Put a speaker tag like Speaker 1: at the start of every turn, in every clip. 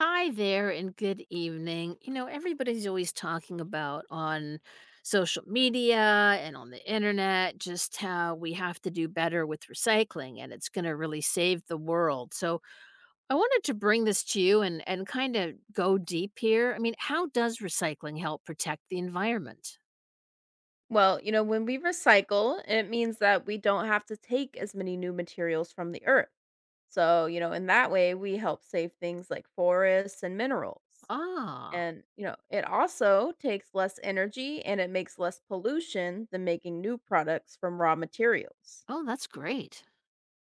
Speaker 1: Hi there, and good evening. Everybody's always talking about on social media and on the internet just how we have to do better with recycling and it's going to really save the world. So, I wanted to bring this to you and kind of go deep here. I mean, how does recycling help protect the environment?
Speaker 2: Well, when we recycle, it means that we don't have to take as many new materials from the earth. So, in that way, we help save things like forests and minerals.
Speaker 1: Ah,
Speaker 2: And, it also takes less energy and it makes less pollution than making new products from raw materials.
Speaker 1: oh, that's great.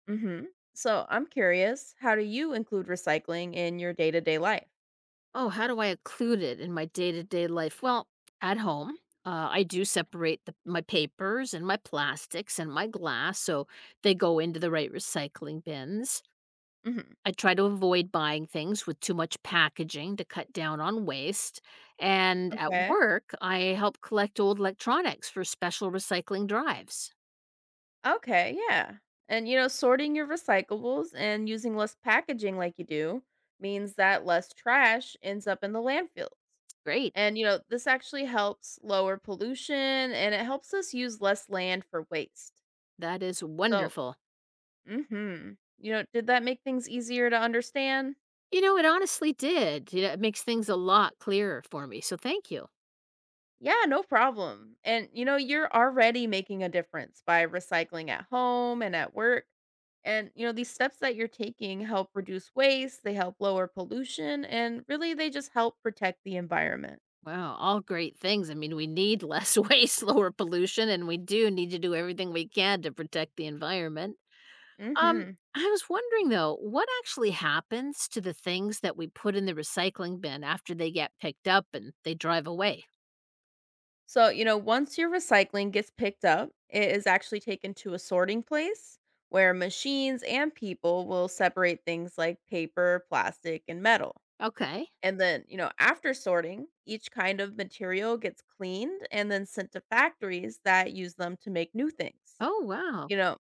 Speaker 2: Hmm. So, I'm curious, how do you include recycling in your day to day life?
Speaker 1: Oh, how do I include it in my day-to-day life? Well, at home, I do separate the, my papers and my plastics and my glass so they go into the right recycling bins.
Speaker 2: Hmm.
Speaker 1: I try to avoid buying things with too much packaging to cut down on waste. And at
Speaker 2: Okay.
Speaker 1: work, I help collect old electronics for special recycling drives.
Speaker 2: Okay, yeah. And sorting your recyclables and using less packaging like you do means that less trash ends up in the landfills.
Speaker 1: Great.
Speaker 2: And this actually helps lower pollution and it helps us use less land for waste.
Speaker 1: That is
Speaker 2: So,
Speaker 1: wonderful.
Speaker 2: mhm. Did that make things easier to understand?
Speaker 1: You know, it honestly did. You know, it makes things a lot clearer for me. So thank you.
Speaker 2: Yeah, no problem. And you're already making a difference by recycling at home and at work. And these steps that you're taking help reduce waste, they help lower pollution, and really they just help protect the environment.
Speaker 1: Wow, all great things. I mean, we need less waste, lower pollution, and we do need to do everything we can to protect the environment. Um,
Speaker 2: Mhm.
Speaker 1: I was wondering though, what actually happens to the things that we put in the recycling bin after they get picked up and they drive away?
Speaker 2: So, once your recycling gets picked up, it is actually taken to a sorting place where machines and people will separate things like paper, plastic, and metal.
Speaker 1: Okay.
Speaker 2: And then, after sorting, each kind of material gets cleaned and then sent to factories that use them to make new things,
Speaker 1: Oh, wow.
Speaker 2: you know.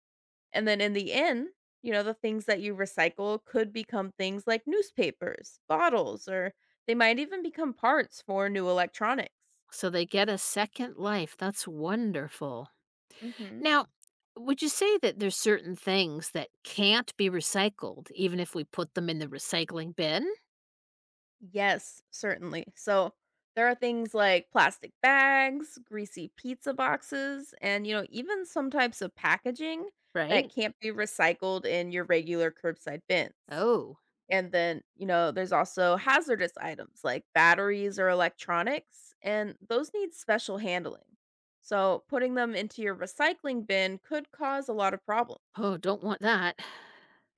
Speaker 2: And then in the end, the things that you recycle could become things like newspapers, bottles, or they might even become parts for new electronics.
Speaker 1: So they get a second life. That's wonderful.
Speaker 2: Hmm.
Speaker 1: Now, would you say that there's certain things that can't be recycled even if we put them in the recycling bin,
Speaker 2: Yes, certainly. So there are things like plastic bags, greasy pizza boxes, and even some types of packaging that
Speaker 1: right?
Speaker 2: can't be recycled in your regular curbside bins.
Speaker 1: Oh.
Speaker 2: And then, there's also hazardous items like batteries or electronics, and those need special handling. So putting them into your recycling bin could cause a lot of problems.
Speaker 1: Oh, don't want that.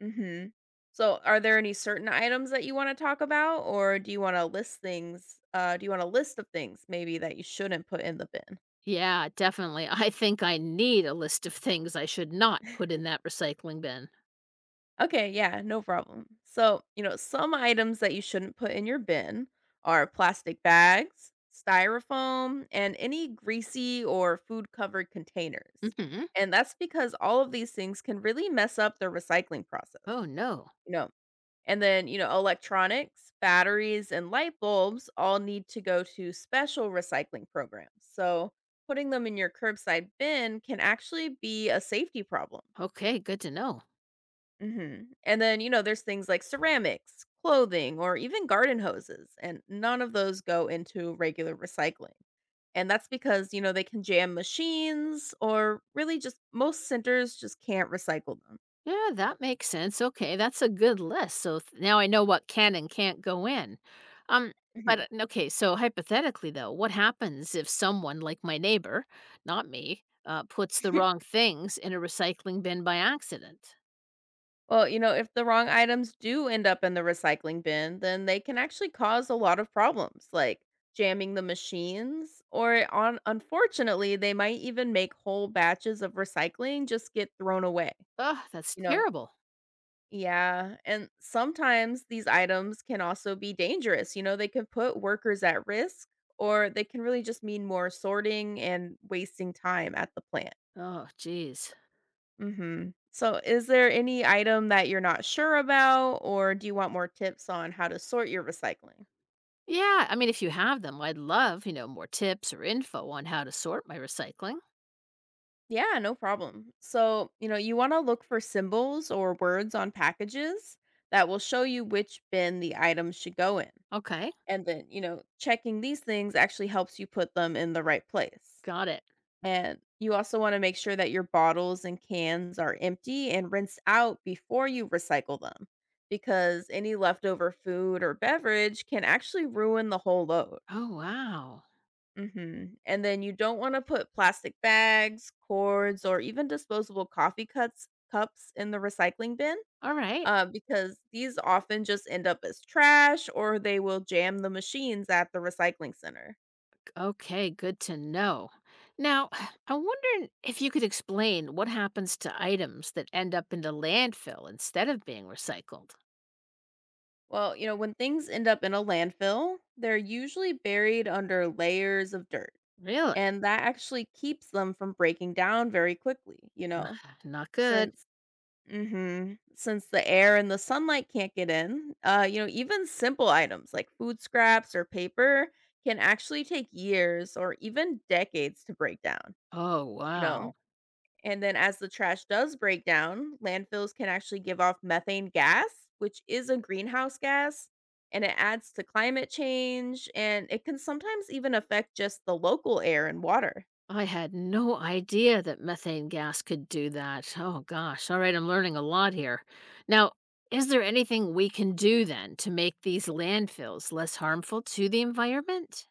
Speaker 2: Mhm. So, are there any certain items that you wanna talk about, or do you want a list of things maybe that you shouldn't put in the bin?
Speaker 1: Yeah, definitely. I think I need a list of things I should not put in that recycling bin.
Speaker 2: Okay, yeah, no problem. So, some items that you shouldn't put in your bin are plastic bags, styrofoam, and any greasy or food-covered containers,
Speaker 1: Hmm.
Speaker 2: and that's because all of these things can really mess up the recycling process,
Speaker 1: Oh, no.
Speaker 2: you know And then, electronics, batteries, and light bulbs all need to go to special recycling programs. So putting them in your curbside bin can actually be a safety problem.
Speaker 1: Okay, good to know.
Speaker 2: Hmm. And then, there's things like ceramics, clothing, or even garden hoses. And none of those go into regular recycling. And that's because, they can jam machines or really just most centers just can't recycle them.
Speaker 1: Yeah, that makes sense. Okay, that's a good list. So now I know what can and can't go in. Um, but
Speaker 2: Mhm.
Speaker 1: okay, so hypothetically though, what happens if someone like my neighbor, not me, puts the wrong things in a recycling bin by accident?
Speaker 2: Well, if the wrong items do end up in the recycling bin, then they can actually cause a lot of problems, like jamming the machines, or on unfortunately, they might even make whole batches of recycling just get thrown away.
Speaker 1: Oh, that's
Speaker 2: You know,
Speaker 1: terrible.
Speaker 2: yeah, and sometimes these items can also be dangerous. They can put workers at risk or they can really just mean more sorting and wasting time at the plant.
Speaker 1: Oh, geez.
Speaker 2: Mhm. So, is there any item that you're not sure about, or do you want more tips on how to sort your recycling?
Speaker 1: Yeah, I mean, if you have them, I'd love, more tips or info on how to sort my recycling.
Speaker 2: Yeah, no problem. So, you want to look for symbols or words on packages that will show you which bin the items should go in.
Speaker 1: Okay,
Speaker 2: And then, checking these things actually helps you put them in the right place.
Speaker 1: got it.
Speaker 2: And you also want to make sure that your bottles and cans are empty and rinsed out before you recycle them because any leftover food or beverage can actually ruin the whole load.
Speaker 1: Oh, wow.
Speaker 2: Mhm. And then you don't want to put plastic bags, cords, or even disposable coffee cups in the recycling bin
Speaker 1: All right.
Speaker 2: because these often just end up as trash or they will jam the machines at the recycling center.
Speaker 1: Okay, good to know. Now, I'm wondering if you could explain what happens to items that end up in the landfill instead of being recycled.
Speaker 2: Well, when things end up in a landfill, they're usually buried under layers of dirt.
Speaker 1: Really?
Speaker 2: And that actually keeps them from breaking down very quickly,
Speaker 1: Not good.
Speaker 2: since since the air and the sunlight can't get in. Even simple items like food scraps or paper can actually take years or even decades to break down,
Speaker 1: Oh,
Speaker 2: you know.
Speaker 1: wow.
Speaker 2: And then as the trash does break down, landfills can actually give off methane gas, which is a greenhouse gas, and it adds to climate change and it can sometimes even affect just the local air and water.
Speaker 1: I had no idea that methane gas could do that. Oh gosh. All right, I'm learning a lot here. Now, is there anything we can do then to make these landfills less harmful to the environment?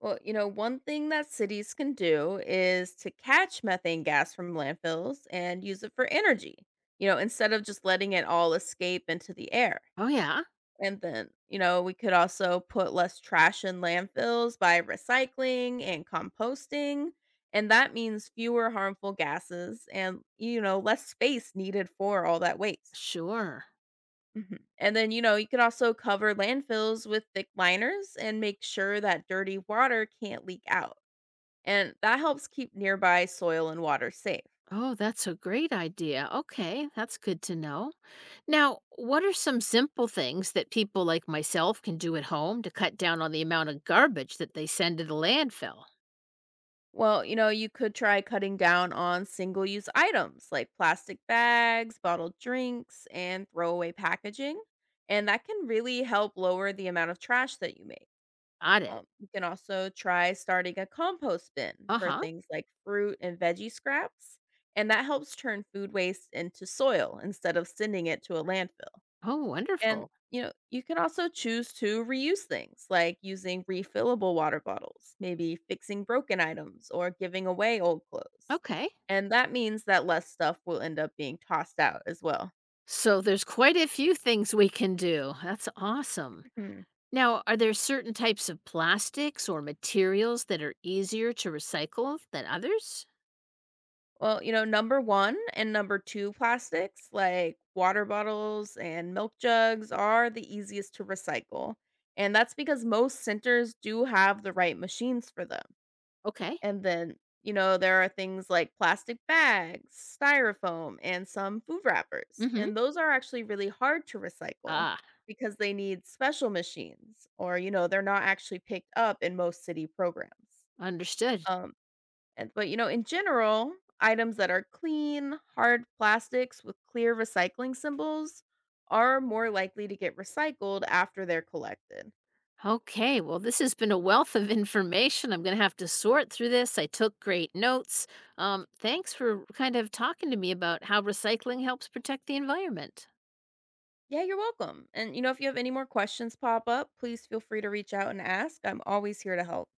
Speaker 2: Well, one thing that cities can do is to catch methane gas from landfills and use it for energy, instead of just letting it all escape into the air.
Speaker 1: Oh yeah,
Speaker 2: And then, we could also put less trash in landfills by recycling and composting. And that means fewer harmful gases and, less space needed for all that waste.
Speaker 1: sure.
Speaker 2: Mhm. And then, you could also cover landfills with thick liners and make sure that dirty water can't leak out. And that helps keep nearby soil and water safe.
Speaker 1: Oh, that's a great idea. Okay, that's good to know. Now, what are some simple things that people like myself can do at home to cut down on the amount of garbage that they send to the landfill?
Speaker 2: Well, you could try cutting down on single use items like plastic bags, bottled drinks, and throwaway packaging. And that can really help lower the amount of trash that you make.
Speaker 1: Got it.
Speaker 2: You can also try starting a compost bin for
Speaker 1: Uh-huh.
Speaker 2: things like fruit and veggie scraps. And that helps turn food waste into soil instead of sending it to a landfill.
Speaker 1: Oh,
Speaker 2: And,
Speaker 1: wonderful.
Speaker 2: you can also choose to reuse things like using refillable water bottles, maybe fixing broken items or giving away old clothes.
Speaker 1: Okay.
Speaker 2: And that means that less stuff will end up being tossed out as well.
Speaker 1: So there's quite a few things we can do. That's awesome.
Speaker 2: Mhm.
Speaker 1: Now, are there certain types of plastics or materials that are easier to recycle than others?
Speaker 2: Well, number one and number two plastics, like water bottles and milk jugs, are the easiest to recycle. And that's because most centers do have the right machines for them.
Speaker 1: Okay.
Speaker 2: And then, there are things like plastic bags, styrofoam, and some food wrappers.
Speaker 1: Hmm.
Speaker 2: And those are actually really hard to recycle
Speaker 1: Ah,
Speaker 2: because they need special machines or, they're not actually picked up in most city programs.
Speaker 1: understood.
Speaker 2: Um, but, in general, items that are clean, hard plastics with clear recycling symbols are more likely to get recycled after they're collected.
Speaker 1: Okay, well, this has been a wealth of information. I'm going to have to sort through this. I took great notes. Thanks for kind of talking to me about how recycling helps protect the environment.
Speaker 2: Yeah, you're welcome. And if you have any more questions pop up, please feel free to reach out and ask. I'm always here to help.